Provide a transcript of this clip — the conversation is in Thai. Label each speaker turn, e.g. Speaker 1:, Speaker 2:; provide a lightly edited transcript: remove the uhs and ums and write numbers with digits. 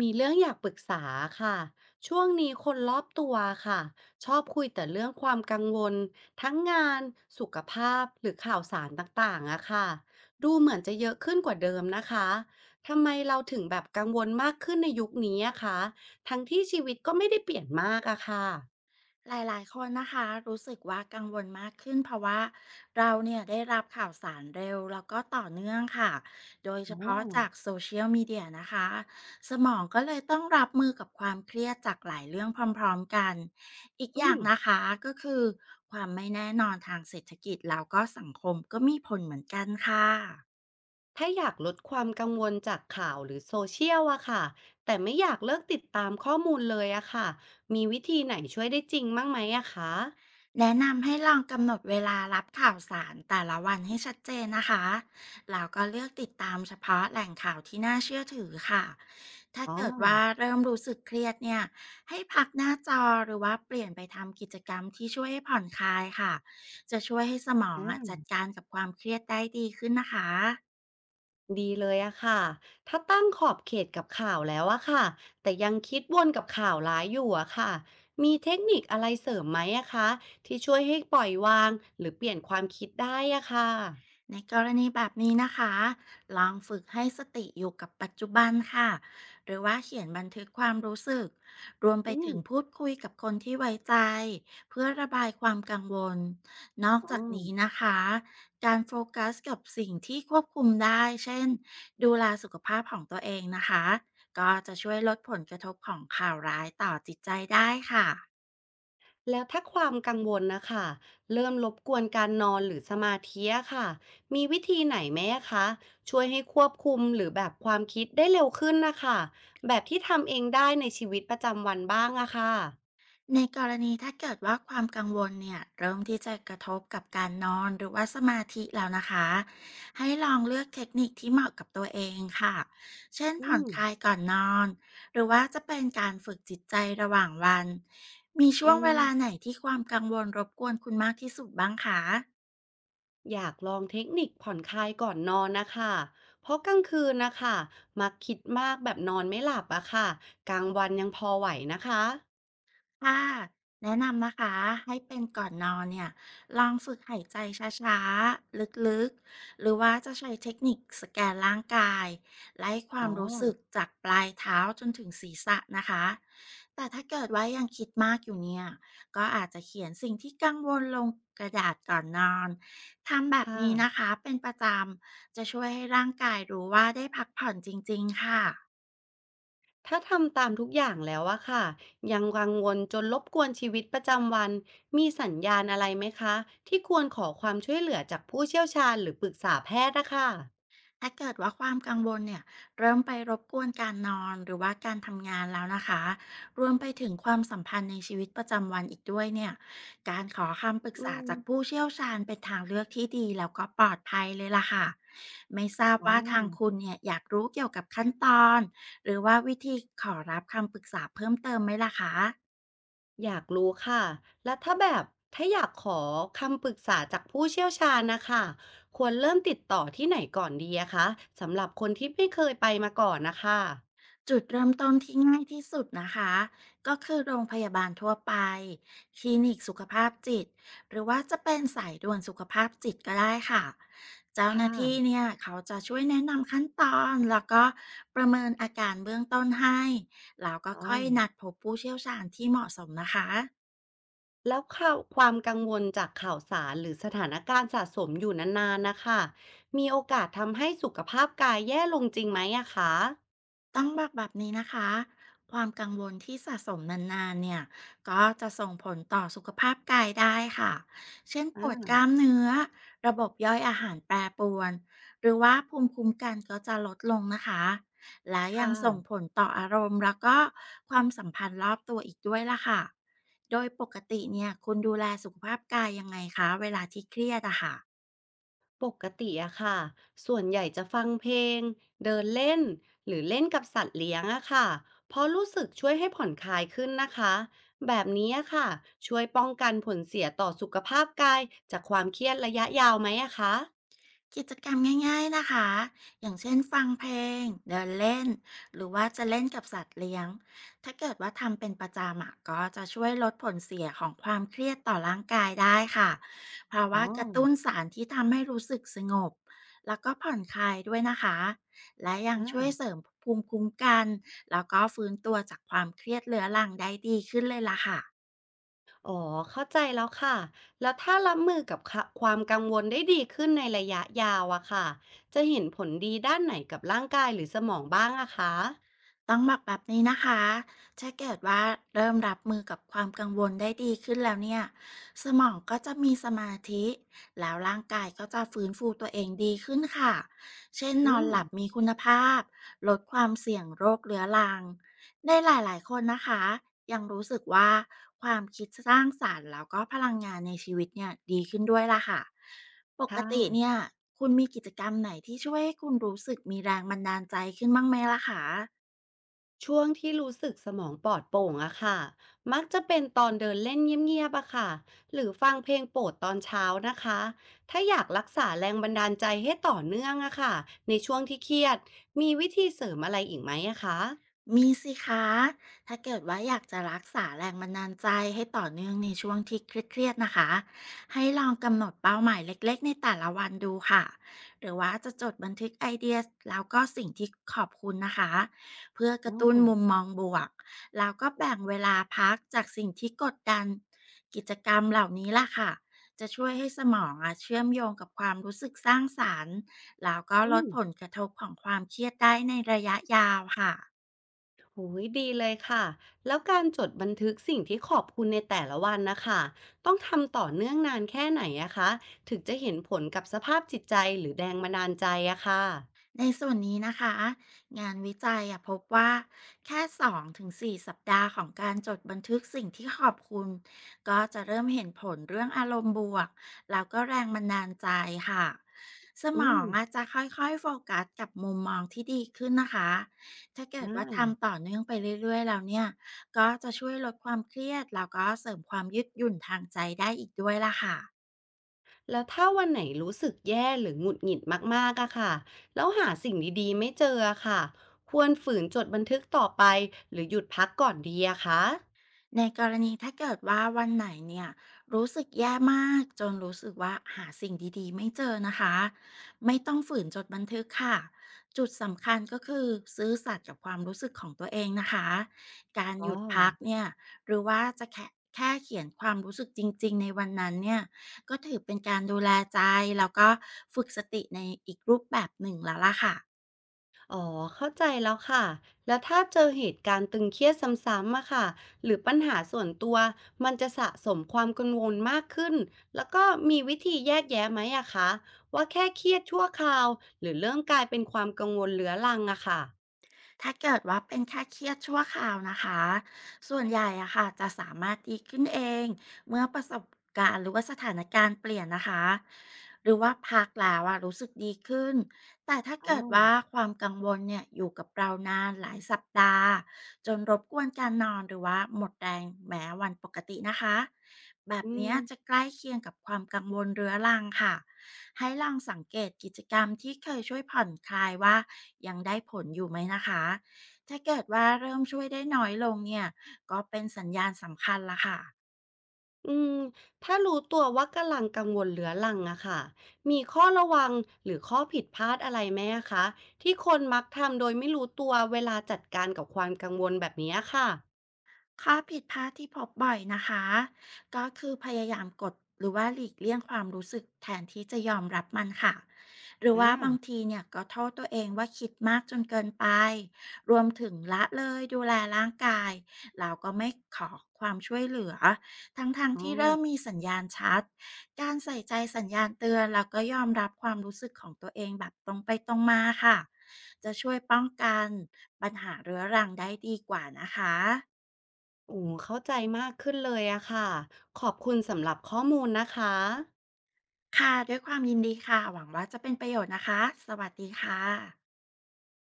Speaker 1: มีเรื่องอยากปรึกษาค่ะ ช่วงนี้คนรอบตัวค่ะชอบคุยแต่เรื่องความกังวลทั้งงานสุขภาพหรือข่าวสารต่างๆอะค่ะดูเหมือนจะเยอะขึ้นกว่าเดิมนะคะทำไมเราถึงแบบกังวลมากขึ้นในยุคนี้อะคะทั้งที่ชีวิตก็ไม่ได้เปลี่ยนมากอะค่ะ
Speaker 2: หลายๆคนนะคะรู้สึกว่ากังวลมากขึ้นเพราะว่าเราเนี่ยได้รับข่าวสารเร็วแล้วก็ต่อเนื่องค่ะโดยเฉ
Speaker 1: อ๋อ
Speaker 2: พาะจากโซเชียลมีเดียนะคะสมองก็เลยต้องรับมือกับความเครียดจากหลายเรื่องพร้อมๆกันอีก
Speaker 1: อื
Speaker 2: อย่าง
Speaker 1: ม
Speaker 2: นะคะก็คือความไม่แน่นอนทางเศรษฐกิจแล้วก็สังคมก็มีผลเหมือนกันค่ะ
Speaker 1: ถ้าอยากลดความกังวลจากข่าวหรือโซเชียลอะค่ะแต่ไม่อยากเลิกติดตามข้อมูลเลยอะค่ะมีวิธีไหนช่วยได้จริงบ้างไหมอะคะ
Speaker 2: แนะนำให้ลองกำหนดเวลารับข่าวสารแต่ละวันให้ชัดเจนนะคะแล้วก็เลือกติดตามเฉพาะแหล่งข่าวที่น่าเชื่อถือค่ะ ถ้า
Speaker 1: อ๋อ
Speaker 2: เกิดว่าเริ่มรู้สึกเครียดเนี่ยให้พักหน้าจอหรือว่าเปลี่ยนไปทำกิจกรรมที่ช่วยให้ผ่อนคลายค่ะ จะช่วยให้สมองอะจัด
Speaker 1: อา
Speaker 2: การกับความเครียดได้ดีขึ้นนะคะ
Speaker 1: ดีเลยอะค่ะถ้าตั้งขอบเขตกับข่าวแล้วอะค่ะแต่ยังคิดวนกับข่าวร้ายอยู่อะค่ะมีเทคนิคอะไรเสริมไหมอะคะที่ช่วยให้ปล่อยวางหรือเปลี่ยนความคิดได้อะค่ะ
Speaker 2: ในกรณีแบบนี้นะคะ ลองฝึกให้สติอยู่กับปัจจุบันค่ะ หรือว่าเขียนบันทึกความรู้สึก รวมไป
Speaker 1: อื
Speaker 2: ถึ
Speaker 1: ม
Speaker 2: งพูดคุยกับคนที่ไว้ใจเพื่อระบายความกังวล นอก
Speaker 1: อ๋อ
Speaker 2: จากนี้นะคะ การโฟกัสกับสิ่งที่ควบคุมได้ เช่น ดูแลสุขภาพของตัวเองนะคะ ก็จะช่วยลดผลกระทบของข่าวร้ายต่อจิตใจได้ค่ะ
Speaker 1: แล้วถ้าความกังวลนะค่ะเริ่มรบกวนการนอนหรือสมาธิอะค่ะมีวิธีไหนไหมอะคะช่วยให้ควบคุมหรือแบบความคิดได้เร็วขึ้นนะคะแบบที่ทำเองได้ในชีวิตประจำวันบ้างอะค่ะ
Speaker 2: ในกรณีถ้าเกิดว่าความกังวลเนี่ยเริ่มที่จะกระทบกับการนอนหรือว่าสมาธิแล้วนะคะให้ลองเลือกเทคนิคที่เหมาะกับตัวเองค่ะเช่น
Speaker 1: อื
Speaker 2: ผ่อน
Speaker 1: ม
Speaker 2: คลายก่อนนอนหรือว่าจะเป็นการฝึกจิตใจระหว่างวันมีช่
Speaker 1: อื
Speaker 2: วงเวลาไหน
Speaker 1: ม
Speaker 2: ที่ความกังวลรบกวนคุณมากที่สุดบ้างคะ
Speaker 1: อยากลองเทคนิคผ่อนคลายก่อนนอนนะคะเพราะกลางคืนนะคะมักคิดมากแบบนอนไม่หลับอะค่ะกลางวันยังพอไหวนะคะ
Speaker 2: ค่ะแนะนำนะคะให้เป็นก่อนนอนเนี่ยลองฝึกหายใจช้าๆลึกๆหรือว่าจะใช้เทคนิคสแกนร่างกายไล่ควา
Speaker 1: อ๋อ
Speaker 2: มรู้สึกจากปลายเท้าจนถึงศีรษะนะคะแต่ถ้าเกิดว่ายังคิดมากอยู่เนี่ยก็อาจจะเขียนสิ่งที่กังวลลงกระดาษก่อนนอนทำแบบ
Speaker 1: ค่ะ
Speaker 2: นี้นะคะเป็นประจำจะช่วยให้ร่างกายรู้ว่าได้พักผ่อนจริงๆค่ะ
Speaker 1: ถ้าทำตามทุกอย่างแล้วอะค่ะยังกังวลจนรบกวนชีวิตประจำวันมีสัญญาณอะไรไหมคะที่ควรขอความช่วยเหลือจากผู้เชี่ยวชาญหรือปรึกษาแพทย์นะคะ
Speaker 2: ถ้าเกิดว่าความกังวลเนี่ยเริ่มไปรบกวนการนอนหรือว่าการทำงานแล้วนะคะรวมไปถึงความสัมพันธ์ในชีวิตประจำวันอีกด้วยเนี่ยการขอคำปรึก
Speaker 1: อื
Speaker 2: ษา
Speaker 1: ม
Speaker 2: จากผู้เชี่ยวชาญเป็นทางเลือกที่ดีแล้วก็ปลอดภัยเลยล่ะค่ะไม่ทราบ
Speaker 1: อ๋อ
Speaker 2: ว่าทางคุณเนี่ยอยากรู้เกี่ยวกับขั้นตอนหรือว่าวิธีขอรับคำปรึกษาเพิ่มเติมไหมล่ะคะ
Speaker 1: อยากรู้ค่ะ แล้วถ้าแบบถ้าอยากขอคำปรึกษาจากผู้เชี่ยวชาญนะคะ ควรเริ่มติดต่อที่ไหนก่อนดีอะคะสำหรับคนที่ไม่เคยไปมาก่อนนะคะ
Speaker 2: จุดเริ่มต้นที่ง่ายที่สุดนะคะก็คือโรงพยาบาลทั่วไปคลินิกสุขภาพจิตหรือว่าจะเป็นสายด่วนสุขภาพจิตก็ได้ค่ะเจ้าห
Speaker 1: ค่ะ
Speaker 2: น้าที่เนี่ยเขาจะช่วยแนะนำขั้นตอนแล้วก็ประเมินอาการเบื้องต้นให้แล้วก็
Speaker 1: อ๋อ
Speaker 2: ค่อยนัดพบผู้เชี่ยวชาญที่เหมาะสมนะคะ
Speaker 1: แล้วข่าวความกังวลจากข่าวสารหรือสถานการณ์สะสมอยู่นานๆนะคะ มีโอกาสทำให้สุขภาพกายแย่ลงจริงไหมอะคะ
Speaker 2: ต้องบอกแบบนี้นะคะความกังวลที่สะสมนานๆเนี่ยก็จะส่งผลต่อสุขภาพกายได้ค่ะเช่นปวดก
Speaker 1: อ่า
Speaker 2: ล้ามเนื้อระบบย่อยอาหารแปรปรวนหรือว่าภูมิคุ้มกันก็จะลดลงนะคะและ
Speaker 1: ค
Speaker 2: ยังส่งผ
Speaker 1: ่ะ
Speaker 2: ลต่ออารมณ์แล้วก็ความสัมพันธ์รอบตัวอีกด้วยล่ะค่ะโดยปกติเนี่ยคุณดูแลสุขภาพกายยังไงคะเวลาที่เครียดอะค่ะ
Speaker 1: ปกติอะค่ะส่วนใหญ่จะฟังเพลงเดินเล่นหรือเล่นกับสัตว์เลี้ยงอะค่ะเพราะรู้สึกช่วยให้ผ่อนคลายขึ้นนะคะแบบนี้อะค่ะช่วยป้องกันผลเสียต่อสุขภาพกายจากความเครียดระยะยาวไหมอะคะ
Speaker 2: กิจกรรมง่ายๆนะคะอย่างเช่นฟังเพลงเดินเล่นหรือว่าจะเล่นกับสัตว์เลี้ยงถ้าเกิดว่าทำเป็นประจำอะก็จะช่วยลดผลเสียของความเครียดต่อร่างกายได้ค่ะเพราะ
Speaker 1: อ๋อ
Speaker 2: ว่ากระตุ้นสารที่ทำให้รู้สึกสงบแล้วก็ผ่อนคลายด้วยนะคะและยัง
Speaker 1: อ่า
Speaker 2: ช่วยเสริมภูมิคุ้มกันแล้วก็ฟื้นตัวจากความเครียดเรื้อรังได้ดีขึ้นเลยล่ะค่ะ
Speaker 1: อ๋อเข้าใจแล้วค่ะแล้วถ้ารับมือกับค่ะความกังวลได้ดีขึ้นในระยะยาวอะค่ะจะเห็นผลดีด้านไหนกับร่างกายหรือสมองบ้างอะคะ
Speaker 2: ต้องบอกแบบนี้นะคะถ้าเกิดว่าเริ่มรับมือกับความกังวลได้ดีขึ้นแล้วเนี่ยสมองก็จะมีสมาธิแล้วร่างกายก็จะฟื้นฟูตัวเองดีขึ้นค่ะ เช่นน
Speaker 1: อื
Speaker 2: อน
Speaker 1: ม
Speaker 2: หลับมีคุณภาพลดความเสี่ยงโรคเรื้อรังได้หลายๆคนนะคะยังรู้สึกว่าความคิดสร้างสารรค์แล้วก็พลังงานในชีวิตเนี่ยดีขึ้นด้วยล่ะค่ะปก
Speaker 1: ค่ะ
Speaker 2: ติเนี่ยคุณมีกิจกรรมไหนที่ช่วยให้คุณรู้สึกมีแรงบันดาลใจขึ้นบ้างไหมล่ะคะ
Speaker 1: ช่วงที่รู้สึกสมองปลอดโปร่งอะค่ะมักจะเป็นตอนเดินเล่นเงียบๆอะค่ะหรือฟังเพลงโปรดตอนเช้านะคะถ้าอยากรักษาแรงบันดาลใจให้ต่อเนื่องอะค่ะในช่วงที่เครียดมีวิธีเสริมอะไรอีกไหมอะคะ
Speaker 2: มีสิคะ ถ้าเกิดว่าอยากจะรักษาแรงบันดาลใจให้ต่อเนื่องในช่วงที่เครียดๆนะคะ ให้ลองกำหนดเป้าหมายเล็กๆในแต่ละวันดูค่ะ หรือว่าจะจดบันทึกไอเดียแล้วก็สิ่งที่ขอบคุณนะคะ เพื่อกระ
Speaker 1: อ๋อ
Speaker 2: ตุ้นมุมมองบวก แล้วก็แบ่งเวลาพักจากสิ่งที่กดดันกิจกรรมเหล่านี้ล่ะค่ะ จะช่วยให้สมองเชื่อมโยงกับความรู้สึกสร้างสรรค์แล้วก็ล
Speaker 1: อื
Speaker 2: ด
Speaker 1: ม
Speaker 2: ผลกระทบของความเครียดได้ในระยะยาวค่ะ
Speaker 1: โหยดีเลยค่ะแล้วการจดบันทึกสิ่งที่ขอบคุณในแต่ละวันนะคะต้องทำต่อเนื่องนานแค่ไหนอะคะถึงจะเห็นผลกับสภาพจิตใจหรือแรงบันดาลใจอะค่ะ
Speaker 2: ในส่วนนี้นะคะงานวิจัยพบว่าแค่2-4สสัปดาห์ของการจดบันทึกสิ่งที่ขอบคุณก็จะเริ่มเห็นผลเรื่องอารมณ์บวกแล้วก็แรงบันดาลใจค่ะสม
Speaker 1: อื
Speaker 2: อ
Speaker 1: ม
Speaker 2: งอาจจะค่อยๆโฟกัสกับมุมมองที่ดีขึ้นนะคะถ้าเกิดว่า
Speaker 1: อ่า
Speaker 2: ทำต่อเนื่องไปเรื่อยๆแล้วเนี่ยก็จะช่วยลดความเครียดแล้วก็เสริมความยืดหยุ่นทางใจได้อีกด้วยล่ะค่ะ
Speaker 1: แล้วถ้าวันไหนรู้สึกแย่หรือหงุดหงิดมากๆอะค่ะแล้วหาสิ่งดีๆไม่เจออะค่ะควรฝืนจดบันทึกต่อไปหรือหยุดพักก่อนดีอะคะ
Speaker 2: ในกรณีถ้าเกิดว่าวันไหนเนี่ยรู้สึกแย่มากจนรู้สึกว่าหาสิ่งดีๆไม่เจอนะคะไม่ต้องฝืนจดบันทึกค่ะจุดสำคัญก็คือซื้อสัตย์กับความรู้สึกของตัวเองนะคะการ
Speaker 1: อ๋อ
Speaker 2: หยุดพักเนี่ยหรือว่าจะแค่เขียนความรู้สึกจริงๆในวันนั้นเนี่ยก็ถือเป็นการดูแลใจแล้วก็ฝึกสติในอีกรูปแบบหนึ่งแล้วล่ะค่ะ
Speaker 1: อ๋อเข้าใจแล้วค่ะแล้วถ้าเจอเหตุการณ์ตึงเครียดซ้ำๆอะค่ะหรือปัญหาส่วนตัวมันจะสะสมความกังวลมากขึ้นแล้วก็มีวิธีแยกแยะไหมอะคะว่าแค่เครียดชั่วคราวหรือเริ่มกลายเป็นความกังวลเรื้อรังอะค่ะ
Speaker 2: ถ้าเกิดว่าเป็นแค่เครียดชั่วคราวนะคะ ส่วนใหญ่อะค่ะจะสามารถดีขึ้นเองเมื่อประสบการณ์หรือว่าสถานการณ์เปลี่ยนนะคะหรือว่าพักแล้วรู้สึกดีขึ้นแต่ถ้า
Speaker 1: อ๋อ
Speaker 2: เกิดว่าความกังวลเนี่ยอยู่กับเรานานหลายสัปดาห์จนรบกวนการนอนหรือว่าหมดแรงแม้วันปกตินะคะแบบ
Speaker 1: อืม
Speaker 2: เนี้ยจะใกล้เคียงกับความกังวลเรื้อรังค่ะ ให้ลองสังเกตกิจกรรมที่เคยช่วยผ่อนคลายว่ายังได้ผลอยู่ไหมนะคะ ถ้าเกิดว่าเริ่มช่วยได้น้อยลงเนี่ยก็เป็นสัญญาณสำคัญละค่ะ
Speaker 1: อืมถ้ารู้ตัวว่ากำลังกังวลเรื้อรังอะค่ะมีข้อระวังหรือข้อผิดพลาดอะไรไหมอะคะที่คนมักทำโดยไม่รู้ตัวเวลาจัดการกับความกังวลแบบนี้อะค่ะ
Speaker 2: ข้อผิดพลาดที่พบบ่อยนะคะก็คือพยายามกดหรือว่าหลีกเลี่ยงความรู้สึกแทนที่จะยอมรับมันค่ะหรือ
Speaker 1: อา
Speaker 2: ว่าบางทีเนี่ยก็โทษตัวเองว่าคิดมากจนเกินไปรวมถึงละเลยดูแลร่างกายเราก็ไม่ขอความช่วยเหลือทั้งๆท
Speaker 1: อ๋อ
Speaker 2: ที่เริ่มมีสัญญาณชัดการใส่ใจสัญญาณเตือนแล้วก็ยอมรับความรู้สึกของตัวเองแบบตรงไปตรงมาค่ะจะช่วยป้องกันปัญหาเรื้อรังได้ดีกว่านะคะ
Speaker 1: โอ้เข้าใจมากขึ้นเลยอะค่ะขอบคุณสำหรับข้อมูลนะคะ
Speaker 2: ค่ะด้วยความยินดีค่ะหวังว่าจะเป็นประโยชน์นะคะสวัสดีค่ะ